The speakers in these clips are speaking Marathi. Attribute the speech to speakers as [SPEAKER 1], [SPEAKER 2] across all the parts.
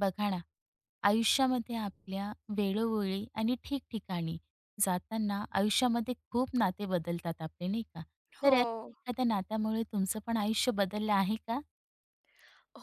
[SPEAKER 1] बघा ना, आयुष्यामध्ये आपल्या वेळोवेळी आणि ठिकठिकाणी जाताना आयुष्यामध्ये खूप नाते बदलतात आपले, नाही का? तर
[SPEAKER 2] हो.
[SPEAKER 1] या एखाद्या नात्यामुळे तुमचं पण आयुष्य बदललं आहे का?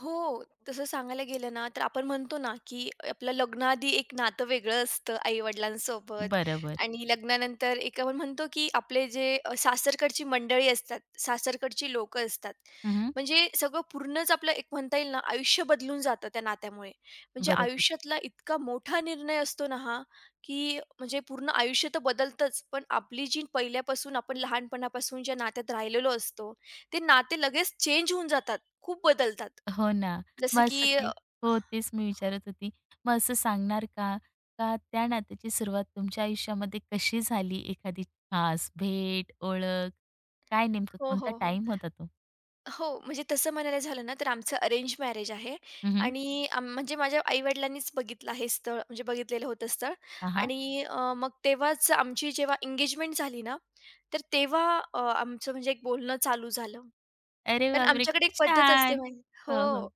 [SPEAKER 2] हो. तसं सांगायला गेलं ना, तर आपण म्हणतो ना, की आपलं लग्नाआधी एक नातं वेगळं असतं आई-वडिलांसोबत
[SPEAKER 1] बरोबर.
[SPEAKER 2] आणि लग्नानंतर एक आपण म्हणतो, की आपले जे सासरकडची मंडळी असतात, सासरकडची लोकं असतात.
[SPEAKER 1] हं, हं.
[SPEAKER 2] म्हणजे सगळं पूर्णच आपलं एक म्हणता येईल ना, आयुष्य बदलून जातं त्या नात्यामुळे. म्हणजे
[SPEAKER 1] बरोबर.
[SPEAKER 2] आयुष्यातला इतका मोठा निर्णय असतो ना हा, की म्हणजे पूर्ण आयुष्य तर बदलतंच, पण आपली जी पहिल्यापासून आपण लहानपणापासून ज्या नात्यात राहिलेलो असतो, ते नाते लगेच चेंज होऊन जातात. खूप बदलतात.
[SPEAKER 1] हो ना.
[SPEAKER 2] जसं
[SPEAKER 1] मग
[SPEAKER 2] की
[SPEAKER 1] असं काही
[SPEAKER 2] अ,
[SPEAKER 1] हो, तेच मी विचारत होती. मग असं सांगणार का, का त्या नात्याची सुरुवात तुमच्या आयुष्यामध्ये कशी झाली? एखादी खास भेट, ओळख, काय नेमकं
[SPEAKER 2] हो,
[SPEAKER 1] कोणता
[SPEAKER 2] हो, हो.
[SPEAKER 1] टाईम होता तो?
[SPEAKER 2] हो, म्हणजे तसं म्हणायला झालं ना, तर आमचं अरेंज मॅरेज आहे
[SPEAKER 1] हं, हं.
[SPEAKER 2] आणि म्हणजे माझ्या आई-वडिलांनीच बघितलं हे स्थळ, म्हणजे बघितलेलं होतं स्थळ आणि मग तेव्हाच आमची जेव्हा एंगेजमेंट झाली ना, तर तेव्हा आमचं म्हणजे एक बोलणं चालू झालं.
[SPEAKER 1] अरे
[SPEAKER 2] कारण
[SPEAKER 1] बापरे!
[SPEAKER 2] आमच्याकडे
[SPEAKER 1] किती
[SPEAKER 2] एक पद्धत असते
[SPEAKER 1] छान.
[SPEAKER 2] माही
[SPEAKER 1] हो,
[SPEAKER 2] हो.
[SPEAKER 1] हो.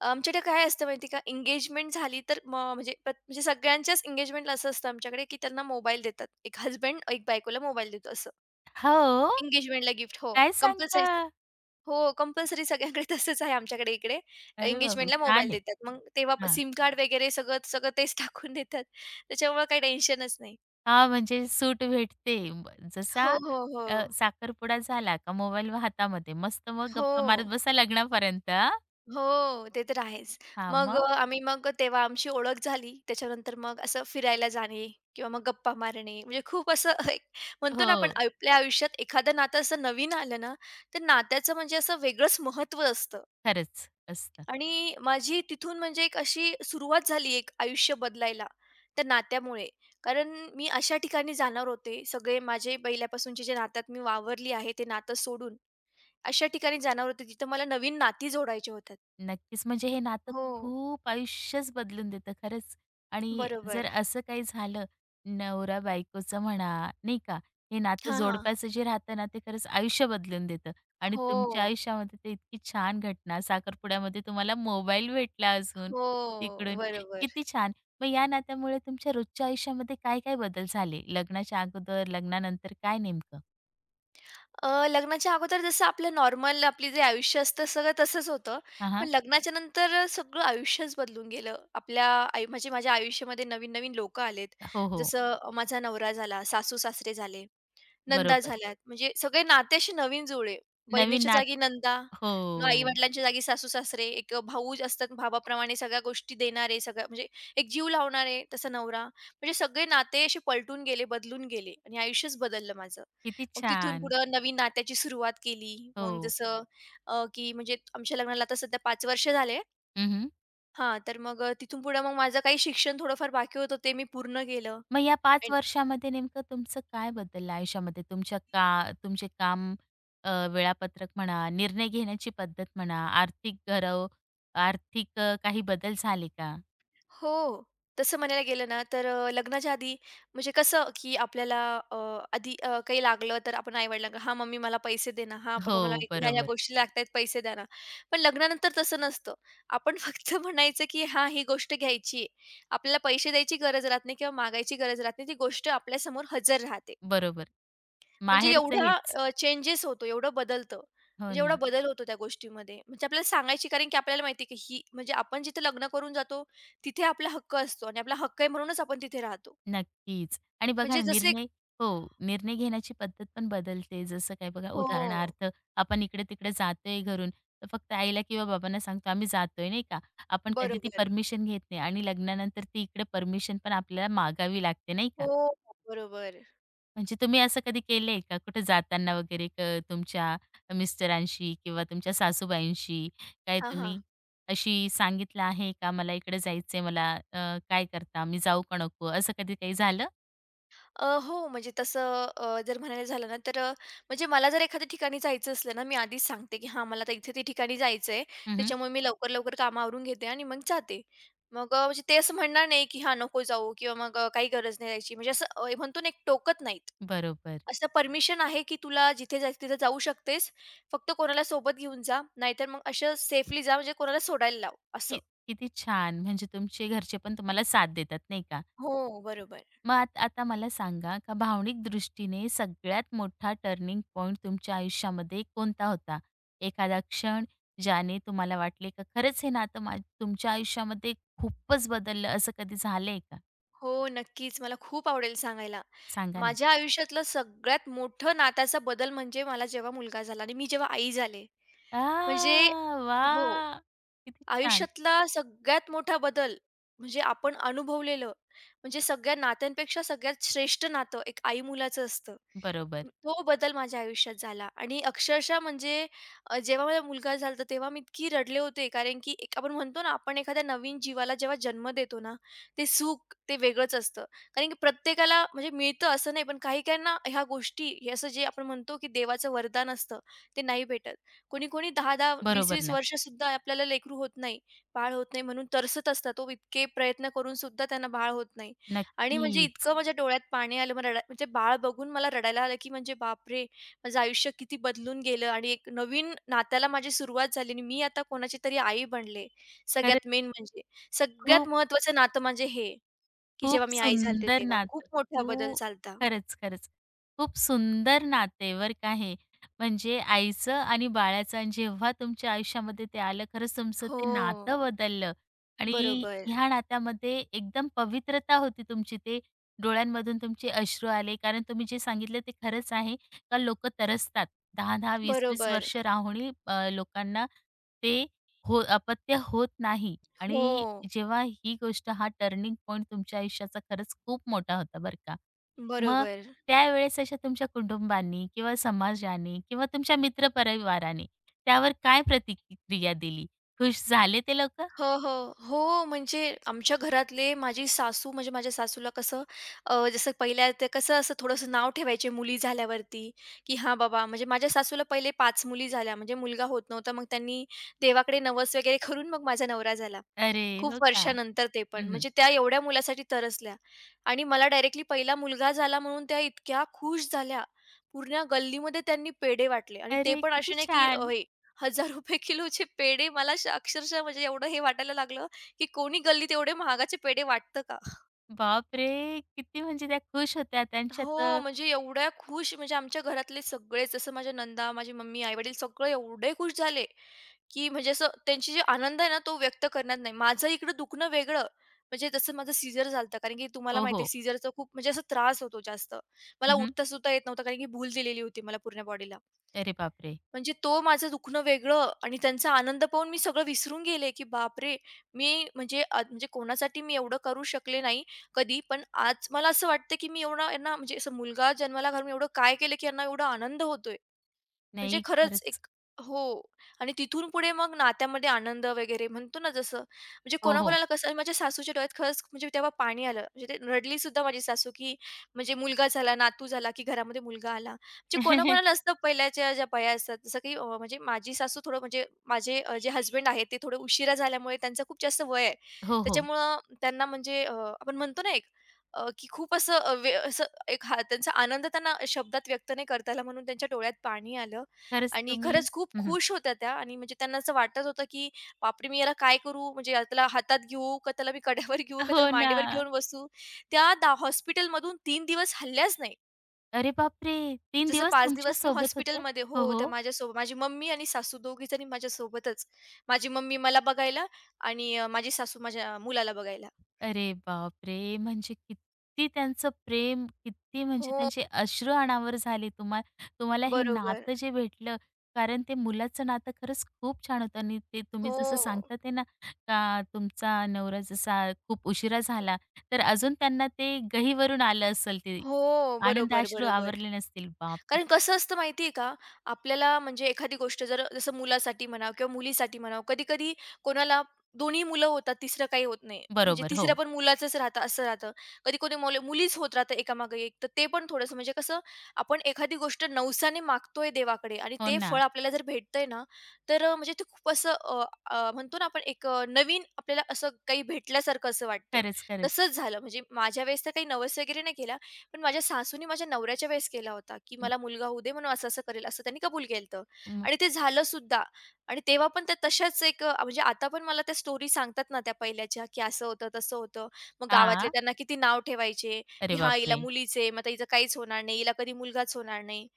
[SPEAKER 2] आमच्याकडे काय असतं माहिती का, एंगेजमेंट झाली तर म म्हणजे प्रत म्हणजे सगळ्यांच्याच एंगेजमेंटला असं असतं आमच्याकडे, की त्यांना मोबाईल देतात. एक हसबँड, एक बायकोला मोबाईल देतो असं.
[SPEAKER 1] हो?
[SPEAKER 2] एंगेजमेंटला गिफ्ट. हो,
[SPEAKER 1] काय
[SPEAKER 2] कंपल्सरी.
[SPEAKER 1] सांगता?
[SPEAKER 2] हो, कंपल्सरी सगळ्यांकडे तसंच आहे आमच्याकडे इकडे.
[SPEAKER 1] अरे बापरे!
[SPEAKER 2] एंगेजमेंटला मोबाईल
[SPEAKER 1] छान आहे.
[SPEAKER 2] देतात. मग तेव्हा
[SPEAKER 1] हां.
[SPEAKER 2] सिम कार्ड वगैरे सगळं सगळं तेच टाकून देतात. त्याच्यामुळे काही टेन्शनच नाही.
[SPEAKER 1] हां, म्हणजे सूट भेटते. ब जसा
[SPEAKER 2] हो, हो, हो.
[SPEAKER 1] साखरपुडा झाला का मोबाईल हातामध्ये. मस्त मग गप्पा मारत
[SPEAKER 2] हो.
[SPEAKER 1] बसा लग्नापर्यंत. हां?
[SPEAKER 2] हो, ते तर आहेच.
[SPEAKER 1] हां,
[SPEAKER 2] मग
[SPEAKER 1] मग
[SPEAKER 2] आम्ही मग तेव्हा आमची ओळख झाली. त्याच्यानंतर मग असं फिरायला जाणे किंवा मग गप्पा मारणे म्हणजे खूप असं एक म्हणतो ना आपण
[SPEAKER 1] हो,
[SPEAKER 2] आपल्या आयुष्यात एखादं नातं असं नवीन आलं ना, तर नात्याचं म्हणजे असं वेगळंच महत्त्व असतं.
[SPEAKER 1] खरंच असतं.
[SPEAKER 2] आणि माझी तिथून म्हणजे एक अशी सुरुवात झाली एक आयुष्य बदलायला त्या नात्यामुळे. कारण मी अशा ठिकाणी जाणार होते, सगळे माझे पहिल्यापासूनचे जे नात्यात मी वावरली आहे, ते नातं सोडून अशा ठिकाणी जाणार होते, तिथं मला नवीन नाती जोडायची होतात.
[SPEAKER 1] नक्कीच. म्हणजे हे नातं
[SPEAKER 2] हो.
[SPEAKER 1] खूप आयुष्यच बदलून देतं खरंच. आणि जर
[SPEAKER 2] बरोबर.
[SPEAKER 1] असं काही झालं नवरा बायकोचं म्हणा, नाही का, हे नातं
[SPEAKER 2] हां, हां.
[SPEAKER 1] जोडप्याचं जे राहतं ना, ते खरंच आयुष्य बदलून देतं. आणि तुमच्या
[SPEAKER 2] हो.
[SPEAKER 1] आयुष्यामध्ये ते इतकी छान घटना, साखरपुड्यामध्ये तुम्हाला मोबाईल भेटला अजून
[SPEAKER 2] हो.
[SPEAKER 1] तिकडून.
[SPEAKER 2] बरोबर.
[SPEAKER 1] किती छान. मग या नात्यामुळे तुमच्या रोजच्या आयुष्यामध्ये काय-काय बदल झाले? लग्नाच्या अगोदर, लग्नानंतर काय नेमकं?
[SPEAKER 2] लग्नाच्या अगोदर जसं आपलं नॉर्मल आपली जे आयुष्य असतं सगळं तसंच होतं.
[SPEAKER 1] हां,
[SPEAKER 2] पण
[SPEAKER 1] हां.
[SPEAKER 2] लग्नाच्या नंतर सगळं आयुष्यच बदलून गेलं. आपल्या आई म्हणजे माझ्या आयुष्यामध्ये नवीन-नवीन लोकं आलेत.
[SPEAKER 1] हो, हो.
[SPEAKER 2] जसं माझा नवरा झाला, सासू-सासरे झाले. नंदा
[SPEAKER 1] बरोबर.
[SPEAKER 2] झाल्यात. म्हणजे सगळे नाते असे नवीन जुळले.
[SPEAKER 1] नवीन
[SPEAKER 2] बहिणीच्या
[SPEAKER 1] नात
[SPEAKER 2] जागी नंदा,
[SPEAKER 1] हो.
[SPEAKER 2] मग आई-वडिलांच्या जागी सासू-सासरे, एक भाऊ असतात भावाप्रमाणे सगळ्या गोष्टी देणारे, सगळ्या म्हणजे एक जीव लावणारे, तसा नवरा. म्हणजे सगळे नाते असे पलटून गेले, बदलून गेले आणि आयुष्यच बदललं माझं.
[SPEAKER 1] किती
[SPEAKER 2] मग तिथून
[SPEAKER 1] छान.
[SPEAKER 2] पुढं नवीन नात्याची सुरुवात केली. मग
[SPEAKER 1] हो.
[SPEAKER 2] जसं की म्हणजे आमच्या लग्नाला आता सध्या 5 वर्ष झाले.
[SPEAKER 1] हं, हं.
[SPEAKER 2] हां, तर मग तिथून पुढं मग माझं काही शिक्षण थोडंफार बाकी होतं, ते मी पूर्ण केलं.
[SPEAKER 1] मग या 5 वर्षामध्ये नेमकं तुमचं काय बदललं आयुष्यामध्ये? तुमच्या का तुमचे काम वेळापत्रक म्हणा, निर्णय घेण्याची पद्धत म्हणा, आर्थिक काही बदल झाले का?
[SPEAKER 2] हो. तसं म्हणायला गेलं ना, तर लग्नाच्या आधी म्हणजे कसं, की आपल्याला अ, आधी काही लागलं तर आपण आई-वडिलांना, "हां, मम्मी मला पैसे दे ना. हां,
[SPEAKER 1] हो,
[SPEAKER 2] पप्पा मला ह्या-ह्या
[SPEAKER 1] बरोबर.
[SPEAKER 2] गोष्टी लागतायत, पैसे द्या ना." पण लग्नानंतर तसं नसतं. आपण फक्त म्हणायचं, की "हां, ही गोष्ट घ्यायची आहे." आपल्याला पैसे द्यायची गरज राहत नाही किंवा मागायची गरज राहत नाही. ती गोष्ट आपल्यासमोर हजर राहते.
[SPEAKER 1] बरोबर.
[SPEAKER 2] म्हणजे
[SPEAKER 1] माहेरचं
[SPEAKER 2] एवढा
[SPEAKER 1] हेच.
[SPEAKER 2] चेंजेस होतो, एवढं बदलतं.
[SPEAKER 1] हो
[SPEAKER 2] म्हणजे एवढा
[SPEAKER 1] ना.
[SPEAKER 2] बदल होतो त्या गोष्टीमध्ये. म्हणजे आपल्याला सांगायची कारण की आपल्याला माहिती आहे की ही म्हणजे आपण जिथे लग्न करून जातो, तिथे आपला हक्क असतो आणि आपला हक्क आहे म्हणूनच आपण तिथे राहतो.
[SPEAKER 1] नक्कीच. आणि बघा
[SPEAKER 2] म्हणजे
[SPEAKER 1] ना
[SPEAKER 2] जसे
[SPEAKER 1] निर्णय हो, निर्णय घेण्याची पद्धत पण बदलते. जसं काय बघा
[SPEAKER 2] हो.
[SPEAKER 1] उदाहरणार्थ आपण इकडे-तिकडे जातोय घरून, तर फक्त आईला किंवा बाबांना सांगतो आम्ही जातोय नाही का. आपण कधी ती
[SPEAKER 2] बरोबर.
[SPEAKER 1] परमिशन घेत नाही आणि लग्नानंतर ती इकडे परमिशन पण आपल्याला मागावी लागते नाही का.
[SPEAKER 2] हो, बरोबर.
[SPEAKER 1] म्हणजे तुम्ही असं कधी केलंय का कुठे जाताना वगैरे तुमच्या मिस्टरांशी किंवा तुमच्या सासूबाईंशी काय
[SPEAKER 2] हां, हां.
[SPEAKER 1] तुम्ही अशी सांगितलं आहे का मला इकडे जायचंय मला काय करता? मी जाऊ का नको? असं कधी काही झालं?
[SPEAKER 2] हो, म्हणजे तसं जर म्हणायला झालं ना, तर म्हणजे मला जर एखाद्या ठिकाणी जायचं असलं ना, मी आधीच सांगते, की हां, मला आता इथे ते ठिकाणी जायचंय. त्याच्यामुळे मी लवकर-लवकर कामं आवरून घेते आणि मग जाते. मग म्हणजे ते असं म्हणणार नाही, की हां, नको जाऊ किंवा मग काही गरज नाही जायची. म्हणजे असं म्हणतो ना, एक टोकत नाहीत.
[SPEAKER 1] बरोबर.
[SPEAKER 2] असं परमिशन आहे, की तुला जिथे जायचं तिथे जाऊ शकतेस. फक्त कोणाला सोबत घेऊन जा, नाहीतर मग असं सेफली जा, म्हणजे कोणाला सोडायला लाव, असं.
[SPEAKER 1] कि किती छान! म्हणजे तुमचे घरचे पण तुम्हाला साथ देतात, नाही का?
[SPEAKER 2] हो, बरोबर.
[SPEAKER 1] मग आता मला सांगा, का भावनिक दृष्टीने सगळ्यात मोठा टर्निंग पॉइंट तुमच्या आयुष्यामध्ये कोणता होता? एखादा क्षण ज्याने तुम्हाला वाटले का खरंच हे नातं तुमच्या आयुष्यामध्ये खूपच बदललं, असं कधी झालंय का?
[SPEAKER 2] हो, नक्कीच. मला खूप आवडेल सांगायला.
[SPEAKER 1] सांगा ना.
[SPEAKER 2] माझ्या आयुष्यातलं सगळ्यात मोठं नात्याचा बदल म्हणजे मला जेव्हा मुलगा झाला आणि मी जेव्हा आई झाले.
[SPEAKER 1] आ,
[SPEAKER 2] म्हणजे हो.
[SPEAKER 1] वाह! किती छान!
[SPEAKER 2] आयुष्यातला सगळ्यात मोठा बदल म्हणजे आपण अनुभवलेलं, म्हणजे सगळ्या नात्यांपेक्षा सगळ्यात श्रेष्ठ नातं एक आई-मुलाचं असतं.
[SPEAKER 1] बरोबर.
[SPEAKER 2] तो बदल माझ्या आयुष्यात झाला आणि अक्षरशः म्हणजे जेव्हा माझा मुलगा झाला होता, तेव्हा मी इतकी रडले होते, कारण की एक आपण म्हणतो ना, आपण एखाद्या नवीन जीवाला जेव्हा जन्म देतो ना, ते सुख ते वेगळंच असतं. कारण की प्रत्येकाला म्हणजे मिळतं असं नाही, पण काही काहींना ह्या गोष्टी, हे असं जे आपण म्हणतो, की देवाचं वरदान असतं, ते नाही भेटत. कोणी कोणी 10-10,
[SPEAKER 1] बरोबर
[SPEAKER 2] 20-20
[SPEAKER 1] ना.
[SPEAKER 2] वर्ष सुद्धा आपल्याला लेकरू होत नाही, बाळ होत नाही म्हणून तरसत असतात हो. इतके प्रयत्न करून सुद्धा त्यांना बाळ होत नाही. आणि म्हणजे
[SPEAKER 1] नक्कीच.
[SPEAKER 2] इतकं माझ्या डोळ्यात पाणी आलं, मला रडा म्हणजे बाळ बघून मला रडायला आलं, की म्हणजे बापरे! माझं आयुष्य किती बदलून गेलं आणि एक नवीन नात्याला माझी सुरुवात झाली आणि मी आता कोणाची तरी आई बनले.
[SPEAKER 1] खरंच
[SPEAKER 2] सगळ्यात मेन म्हणजे सगळ्यात
[SPEAKER 1] खूप
[SPEAKER 2] महत्त्वाचं नातं म्हणजे हे, की
[SPEAKER 1] खूप
[SPEAKER 2] जेव्हा मी आई झाले
[SPEAKER 1] सुंदर
[SPEAKER 2] तेव्हा खूप
[SPEAKER 1] नातं.
[SPEAKER 2] मोठा बदल
[SPEAKER 1] खूप
[SPEAKER 2] झाला.
[SPEAKER 1] खरंच, खरंच. खूप सुंदर नातं आहे बरं का हे. म्हणजे आईचं आणि बाळाचं आणि जेव्हा तुमच्या आयुष्यामध्ये ते आलं, खरंच तुमचं
[SPEAKER 2] हो.
[SPEAKER 1] ते नातं बदललं आणि
[SPEAKER 2] बरोबर.
[SPEAKER 1] ह्या नात्यामध्ये एकदम पवित्रता होती तुमची. ते डोळ्यांमधून तुमचे अश्रू आले. कारण तुम्ही जे सांगितलं ते खरंच आहे का लोकं तरसतात. 10-10, 20-20
[SPEAKER 2] बरोबर.
[SPEAKER 1] वर्ष राहुणी लोकांना ते हो अपत्य होत नाही
[SPEAKER 2] हो.
[SPEAKER 1] आणि जेव्हा ही गोष्ट हा टर्निंग पॉइंट तुमच्या आयुष्याचा खरंच खूप मोठा होता बरं का. मग
[SPEAKER 2] बरोबर.
[SPEAKER 1] त्यावेळेस अशा तुमच्या कुटुंबांनी किंवा समाजाने किंवा तुमच्या मित्रपरिवाराने त्यावर काय प्रतिक्रिया दिली? खुश झाले ते लोकं?
[SPEAKER 2] हो, हो. हो, म्हणजे आमच्या घरातले माझी सासू म्हणजे माझ्या सासूला कसं जसं पहिल्या ते कसं असं थोडंसं नाव ठेवायचे मुली झाल्यावरती, की हां बाबा म्हणजे माझ्या सासूला पहिले 5 मुली झाल्या म्हणजे मुलगा होत नव्हता. मग त्यांनी देवाकडे नवस वगैरे करून मग माझा नवरा झाला.
[SPEAKER 1] अरे!
[SPEAKER 2] खूप
[SPEAKER 1] हो का?
[SPEAKER 2] वर्षानंतर ते पण.
[SPEAKER 1] हं.
[SPEAKER 2] म्हणजे त्या एवढ्या मुलासाठी तरसल्या आणि मला डायरेक्टली पहिला मुलगा झाला म्हणून त्या इतक्या खुश झाल्या. पूर्ण गल्लीमध्ये त्यांनी पेढे वाटले आणि ते
[SPEAKER 1] अरे
[SPEAKER 2] पण
[SPEAKER 1] किती
[SPEAKER 2] असे नाही, की
[SPEAKER 1] छान!
[SPEAKER 2] हे ₹1000 किलोचे पेढे अक्षरशः म्हणजे एवढं हे वाटायला लागलं, की कोणी गल्लीत एवढे महागाचे पेढे वाटतं का?
[SPEAKER 1] बापरे! किती म्हणजे त्या खुश होत्या त्यांच्यात
[SPEAKER 2] हो,
[SPEAKER 1] अ,
[SPEAKER 2] म्हणजे एवढ्या खुश म्हणजे आमच्या घरातले सगळेच, जसं माझ्या नंदा, माझी मम्मी, आई-वडील सगळे एवढे खुश झाले, की म्हणजे असं त्यांची जी आनंद आहे ना, तो व्यक्त करण्यात नाही. माझं इकडं दुखणं वेगळं, म्हणजे जसं माझं सीझर झालं होतं. कारण की तुम्हाला
[SPEAKER 1] हो,
[SPEAKER 2] माहिती
[SPEAKER 1] हो.
[SPEAKER 2] आहे सीझरचा खूप म्हणजे असा त्रास होतो जास्त. मला
[SPEAKER 1] हं.
[SPEAKER 2] उठता-सुद्धा येत नव्हतं, कारण की भूल दिलेली होती मला पूर्ण बॉडीला.
[SPEAKER 1] अरे बापरे!
[SPEAKER 2] म्हणजे तो माझं दुखणं वेगळं आणि त्यांचा आनंद पाहून मी सगळं विसरून गेले, की बापरे! म्हणजे कोणासाठी मी एवढं करू शकले नाही कधी. पण आज मला असं वाटतं, की मी एवढा यांना म्हणजे असं मुलगा जन्माला घालून एवढं काय केलं, की यांना एवढा आनंद होतोय. म्हणजे
[SPEAKER 1] नाही
[SPEAKER 2] खरंच
[SPEAKER 1] खरंच.
[SPEAKER 2] एक हो आणि तिथून पुढे मग नात्यामध्ये आनंद वगैरे म्हणतो ना जसं म्हणजे
[SPEAKER 1] हो, हो.
[SPEAKER 2] कोणाकोणाला कसं आणि माझ्या सासूच्या डोळ्यात खरंच म्हणजे तेव्हा पाणी आलं म्हणजे ते रडली सुद्धा माझी सासू की म्हणजे मुलगा झाला नातू झाला की घरामध्ये मुलगा आला म्हणजे कोणाकोणाला असतं पहिल्याच्या ज्या बाया असतात जसं की म्हणजे माझी सासू थोडं म्हणजे माझे जे हस्बंड आहेत ते थोडे उशिरा झाल्यामुळे त्यांचं खूप जास्त वय आहे.
[SPEAKER 1] हो, हो.
[SPEAKER 2] त्याच्यामुळं त्यांना म्हणजे आपण म्हणतो ना की खूप असं असं एक हा त्यांचा आनंद त्यांना शब्दात व्यक्त नाही करता आला म्हणून त्यांच्या डोळ्यात पाणी आलं
[SPEAKER 1] खरंच
[SPEAKER 2] आणि
[SPEAKER 1] तुम्ही
[SPEAKER 2] खरंच खूप
[SPEAKER 1] हं.
[SPEAKER 2] खुश होत्या त्या आणि म्हणजे त्यांना असं वाटत होतं, की "बापरे! मी याला काय करू? म्हणजे या त्याला हातात घेऊ का त्याला मी कड्यावर घेऊ का त्याला
[SPEAKER 1] हो ना.
[SPEAKER 2] मांडीवर घेऊन बसू?" त्या हॉस्पिटलमधून 3 दिवस हलल्याच नाही.
[SPEAKER 1] अरे बापरे! तीन
[SPEAKER 2] जसं
[SPEAKER 1] दिवस
[SPEAKER 2] 5
[SPEAKER 1] तुमच्या
[SPEAKER 2] दिवस मी
[SPEAKER 1] सोबत होते?
[SPEAKER 2] हॉस्पिटलमध्ये
[SPEAKER 1] हो,
[SPEAKER 2] हो, त्या
[SPEAKER 1] हो.
[SPEAKER 2] माझ्यासोबत माझी मम्मी आणि सासू दोघीजणी माझ्यासोबतच. माझी मम्मी मला बघायला आणि माझी सासू माझ्या मुलाला बघायला.
[SPEAKER 1] अरे बापरे! म्हणजे किती त्यांचं प्रेम, किती म्हणजे
[SPEAKER 2] हो,
[SPEAKER 1] त्यांचे अश्रू अनावर झाले. तुम्हाला हे
[SPEAKER 2] बरोबर.
[SPEAKER 1] नातं जे भेटलं, कारण ते मुलाचं नातं खरंच खूप छान होतं आणि ते तुम्ही
[SPEAKER 2] हो.
[SPEAKER 1] जसं सांगता आहे ना, का तुमचा नवरा जसा खूप उशिरा झाला, तर अजून त्यांना ते गहिवरून आलं असेल ते.
[SPEAKER 2] हो,
[SPEAKER 1] आनंद
[SPEAKER 2] बरोबर,
[SPEAKER 1] अश्रू
[SPEAKER 2] बरोबर.
[SPEAKER 1] आवरले नसतील. बापरे!
[SPEAKER 2] कारण कसं असतं माहिती आहे का, आपल्याला म्हणजे एखादी गोष्ट जर जसं मुलासाठी म्हणा किंवा मुलीसाठी म्हणा, कधी-कधी कोणाला दोन्ही मुलं होतात, तिसरं काही होत नाही. म्हणजे
[SPEAKER 1] बरोबर.
[SPEAKER 2] तिसरं
[SPEAKER 1] हो.
[SPEAKER 2] पण मुलाचंच राहतं असं राहतं. कधी कोणी मुल मुलीच होत राहतं एकामागे एक. तर ते पण थोडंसं म्हणजे कसं आपण एखादी गोष्ट नवसाने मागतोय देवाकडे आणि
[SPEAKER 1] हो
[SPEAKER 2] ते
[SPEAKER 1] ना.
[SPEAKER 2] फळ आपल्याला जर भेटतंय ना, तर म्हणजे ते खूप असं अ, अ, म्हणतो ना आपण एक नवीन आपल्याला असं काही भेटल्यासारखं असं वाटतं.
[SPEAKER 1] खरंच, खरंच.
[SPEAKER 2] तसंच झालं म्हणजे माझ्या वेळेस तर काही नवस वगैरे नाही केला. पण माझ्या सासूने माझ्या नवऱ्याच्या वेळेस केला होता, की
[SPEAKER 1] हं,
[SPEAKER 2] मला मुलगा होऊ दे म्हणून असं-असं करेल, असं त्यांनी कबूल केलंत
[SPEAKER 1] हं.
[SPEAKER 2] आणि ते झालं सुद्धा आणि तेव्हा पण त्या तशाच एक म्हणजे आता पण मला त्या स्टोरी सांगतात ना त्या पहिल्याच्या, की असं होतं, तसं होतं. मग गावातले
[SPEAKER 1] हां.
[SPEAKER 2] त्यांना किती नाव ठेवायचे, की
[SPEAKER 1] अरे
[SPEAKER 2] "हां, हिला
[SPEAKER 1] बापरे!
[SPEAKER 2] मुलीच मग आता हिचं काहीच होणार नाही, हिला कधी मुलगाच होणार नाही."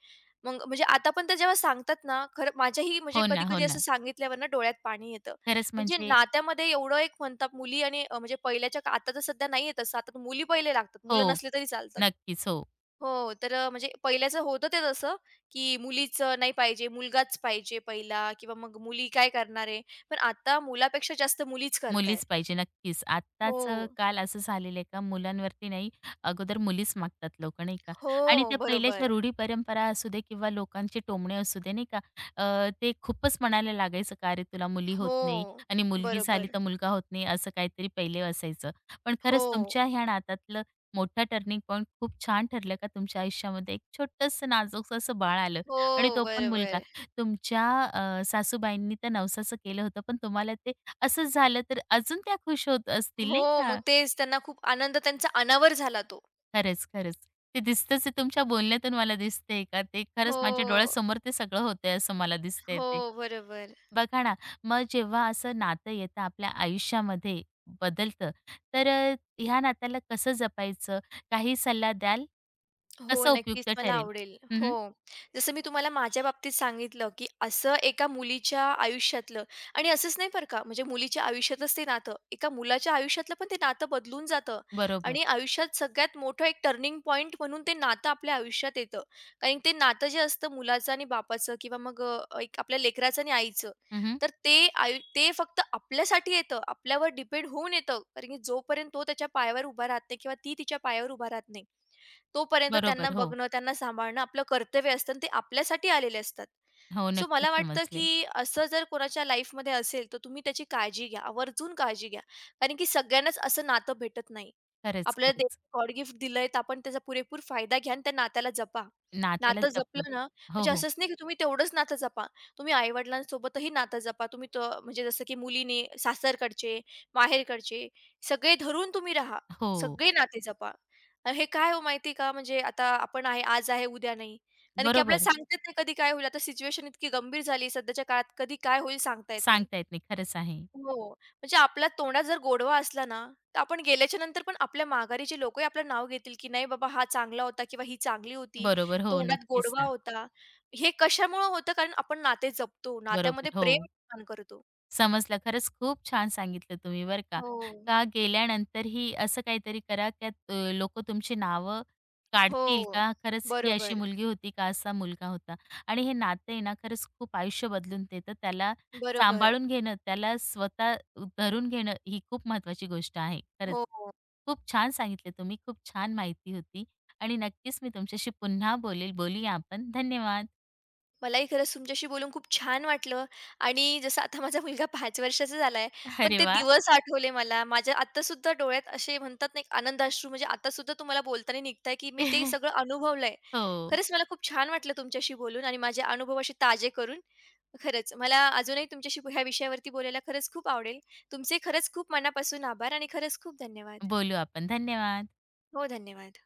[SPEAKER 2] मग म्हणजे आता पण त्या जेव्हा सांगतात ना, खरं माझ्याही म्हणजे
[SPEAKER 1] हो ना, हो
[SPEAKER 2] कधी-कधी असं
[SPEAKER 1] ना.
[SPEAKER 2] सांगितल्यावर ना डोळ्यात पाणी येतं.
[SPEAKER 1] खरंच
[SPEAKER 2] म्हणजे
[SPEAKER 1] म्हणजे
[SPEAKER 2] नात्यामध्ये एवढं एक म्हणतात मुली आणि म्हणजे आता तर सध्या नाहीये तसं, आता तर मुली पहिले लागतात, मुलं
[SPEAKER 1] हो,
[SPEAKER 2] नसले तरी चालतात.
[SPEAKER 1] नक्कीच. हो.
[SPEAKER 2] हो, तर म्हणजे पहिल्याचं होतं ते तसं, की मुलीचं नाही पाहिजे, मुलगाच पाहिजे पहिला किंवा मग मुली काय करणार आहे? पण आता मुलापेक्षा जास्त मुलीच करताय.
[SPEAKER 1] मुलीच पाहिजे नक्कीच.
[SPEAKER 2] हो.
[SPEAKER 1] आत्ताच काल असं झालेलं आहे का मुलांवरती नाही, अगोदर मुलीच मागतात लोकं नाही का? आणि
[SPEAKER 2] हो,
[SPEAKER 1] त्या पहिल्याच्या
[SPEAKER 2] बरोबर.
[SPEAKER 1] रूढी परंपरा असू दे किंवा लोकांचे टोमणे असू दे नाही का? ते खूपच म्हणायला लागायचं का "अरे तुला मुली होत
[SPEAKER 2] हो,
[SPEAKER 1] नाही आणि मुलगी झाली
[SPEAKER 2] बरोबर.
[SPEAKER 1] तर मुलगा होत नाही" असं काहीतरी पहिले असायचं. पण खरंच
[SPEAKER 2] हो,
[SPEAKER 1] तुमच्या ह्या नातातलं मोठा टर्निंग पॉइंट खूप छान ठरलं का तुमच्या आयुष्यामध्ये एक छोटंसं नाजूकसं असं बाळ आलं आणि
[SPEAKER 2] हो,
[SPEAKER 1] तो पण मुलगा.
[SPEAKER 2] बरोबर.
[SPEAKER 1] तुमच्या सासूबाईंनी तर नवसाचं केलं होतं पण तुम्हाला ते असं झालं तर अजून त्या खुश होत असतील नाही
[SPEAKER 2] हो, मग
[SPEAKER 1] का?
[SPEAKER 2] तेच त्यांना खूप आनंद त्यांचा अनावर झाला तो.
[SPEAKER 1] खरंच, खरंच. ते दिसतंच आहे तुमच्या बोलण्यातून मला दिसतंय का ते खरंच माझ्या
[SPEAKER 2] हो,
[SPEAKER 1] डोळ्यासमोर ते सगळं होतंय असं मला दिसतंय
[SPEAKER 2] हो,
[SPEAKER 1] ते.
[SPEAKER 2] बरोबर.
[SPEAKER 1] बघा ना, मग जेव्हा असं नातं येतं आपल्या आयुष्यामध्ये बदलतं, तर ह्या नात्याला कसं जपायचं? काही सल्ला द्याल?
[SPEAKER 2] हो,
[SPEAKER 1] कसं
[SPEAKER 2] नक्कीच
[SPEAKER 1] उपयुक्त
[SPEAKER 2] मला
[SPEAKER 1] ठरेल?
[SPEAKER 2] आवडेल. हो.
[SPEAKER 1] हं,
[SPEAKER 2] जसं मी तुम्हाला माझ्या बाबतीत सांगितलं, की असं एका मुलीच्या आयुष्यातलं आणि असंच नाही बरं का, म्हणजे मुलीच्या आयुष्यातच ते नातं, एका मुलाच्या आयुष्यातलं पण ते नातं बदलून जातं
[SPEAKER 1] बरोबर.
[SPEAKER 2] आणि आयुष्यात सगळ्यात मोठं एक टर्निंग पॉइंट म्हणून ते नातं आपल्या आयुष्यात येतं. कारण ते नातं जे असतं मुलाचं आणि बापाचं किंवा मग एक आपल्या लेकराचं आणि आईचं,
[SPEAKER 1] हं,
[SPEAKER 2] तर ते आयु ते फक्त आपल्यासाठी येतं, आपल्यावर डिपेंड होऊन येतं. कारण की जोपर्यंत तो त्याच्या पायावर उभा राहत नाही किंवा ती तिच्या पायावर उभा राहत नाही. तोपर्यंत त्यांना
[SPEAKER 1] बरोबर. हो.
[SPEAKER 2] बघणं, त्यांना सांभाळणं आपलं कर्तव्य असतं आणि ते आपल्यासाठी आलेले असतात.
[SPEAKER 1] हो,
[SPEAKER 2] सो
[SPEAKER 1] नक्कीच
[SPEAKER 2] मला वाटतं,
[SPEAKER 1] समजले.
[SPEAKER 2] की असं जर कोणाच्या लाईफमध्ये असेल, तर तुम्ही त्याची काळजी घ्या, आवर्जून काळजी घ्या. कारण की सगळ्यांनाच असं नातं भेटत नाही.
[SPEAKER 1] खरंच,
[SPEAKER 2] आपल्याला देव
[SPEAKER 1] खरंच.
[SPEAKER 2] गॉड गिफ्ट दिलंय, तर आपण त्याचा पुरेपूर फायदा घ्या आणि त्या नात्याला जपा.
[SPEAKER 1] नात्याला
[SPEAKER 2] नातं
[SPEAKER 1] जपणं.
[SPEAKER 2] जपलं ना,
[SPEAKER 1] हो,
[SPEAKER 2] म्हणजे
[SPEAKER 1] हो.
[SPEAKER 2] असंच नाही, की तुम्ही तेवढंच नातं जपा. तुम्ही आई-वडिलांसोबतही नातं जपा. तुम्ही त म्हणजे जसं की मुलीने सासरकडचे, माहेरकडचे सगळे धरून तुम्ही राहा.
[SPEAKER 1] हो.
[SPEAKER 2] सगळे नाते जपा. आणि हे काय हो माहिती का, म्हणजे आता आपण आहे, आज आहे, उद्या नाही. कारण की
[SPEAKER 1] बरोबर.
[SPEAKER 2] आपल्याला सांगता येत नाही कधी काय होईल. आता सिच्युएशन इतकी गंभीर झाली सध्याच्या काळात कधी काय होईल सांगता येत नाही.
[SPEAKER 1] सांगता येत नाही. खरंच आहे.
[SPEAKER 2] हो, म्हणजे आपल्या तोंडात जर गोडवा असला ना, तर आपण गेल्याच्या नंतर पण आपल्या माघारी जे लोकही आपलं नाव घेतील, की नाही बाबा हा चांगला होता किंवा ही चांगली होती,
[SPEAKER 1] बरोबर. हो,
[SPEAKER 2] तोंडात
[SPEAKER 1] नक्कीच
[SPEAKER 2] गोडवा
[SPEAKER 1] ना.
[SPEAKER 2] होता. हे कशामुळं होतं कारण आपण नाते जपतो,
[SPEAKER 1] बरोबर.
[SPEAKER 2] नात्यामध्ये प्रेम
[SPEAKER 1] हो.
[SPEAKER 2] निर्माण करतो.
[SPEAKER 1] समजलं. खरंच खूप छान सांगितलं तुम्ही बरं का.
[SPEAKER 2] हो.
[SPEAKER 1] का गेल्यानंतरही असं काहीतरी करा की लोकं तुमची नावं
[SPEAKER 2] हो.
[SPEAKER 1] काढतील का खरंच ही अशी
[SPEAKER 2] बरोबर.
[SPEAKER 1] मुलगी होती का असा मुलगा होता. आणि हे नातं आहे ना खरंच खूप आयुष्य बदलून देतं. त्याला
[SPEAKER 2] बरोबर.
[SPEAKER 1] सांभाळून घेणं, त्याला स्वतः धरून घेणं ही खूप महत्वाची गोष्ट आहे. खरंच.
[SPEAKER 2] हो.
[SPEAKER 1] खूप छान सांगितलं तुम्ही. खूप छान माहिती होती आणि नक्कीच मी तुमच्याशी पुन्हा बोलेल. बोलूया आपण. धन्यवाद.
[SPEAKER 2] मलाही खरंच तुमच्याशी बोलून खूप छान वाटलं आणि जसं आता माझा मुलगा 5 वर्षाचा झाला आहे, पण
[SPEAKER 1] अरे
[SPEAKER 2] ते
[SPEAKER 1] वाह!
[SPEAKER 2] दिवस आठवले मला. माझ्या आत्तासुद्धा डोळ्यात असे म्हणतात ना, एक आनंदाश्रू म्हणजे आत्तासुद्धा तुम्हाला बोलताना निघताय, की मी ते सगळं अनुभवलंय.
[SPEAKER 1] हो.
[SPEAKER 2] खरंच मला खूप छान वाटलं तुमच्याशी बोलून आणि माझे अनुभव असे ताजे करून. खरंच मला अजूनही तुमच्याशी ह्या विषयावरती बोलायला खरंच खूप आवडेल. तुमचे खरंच खूप मनापासून आभार आणि खरंच खूप धन्यवाद.
[SPEAKER 1] बोलू आपण. धन्यवाद.
[SPEAKER 2] हो, धन्यवाद.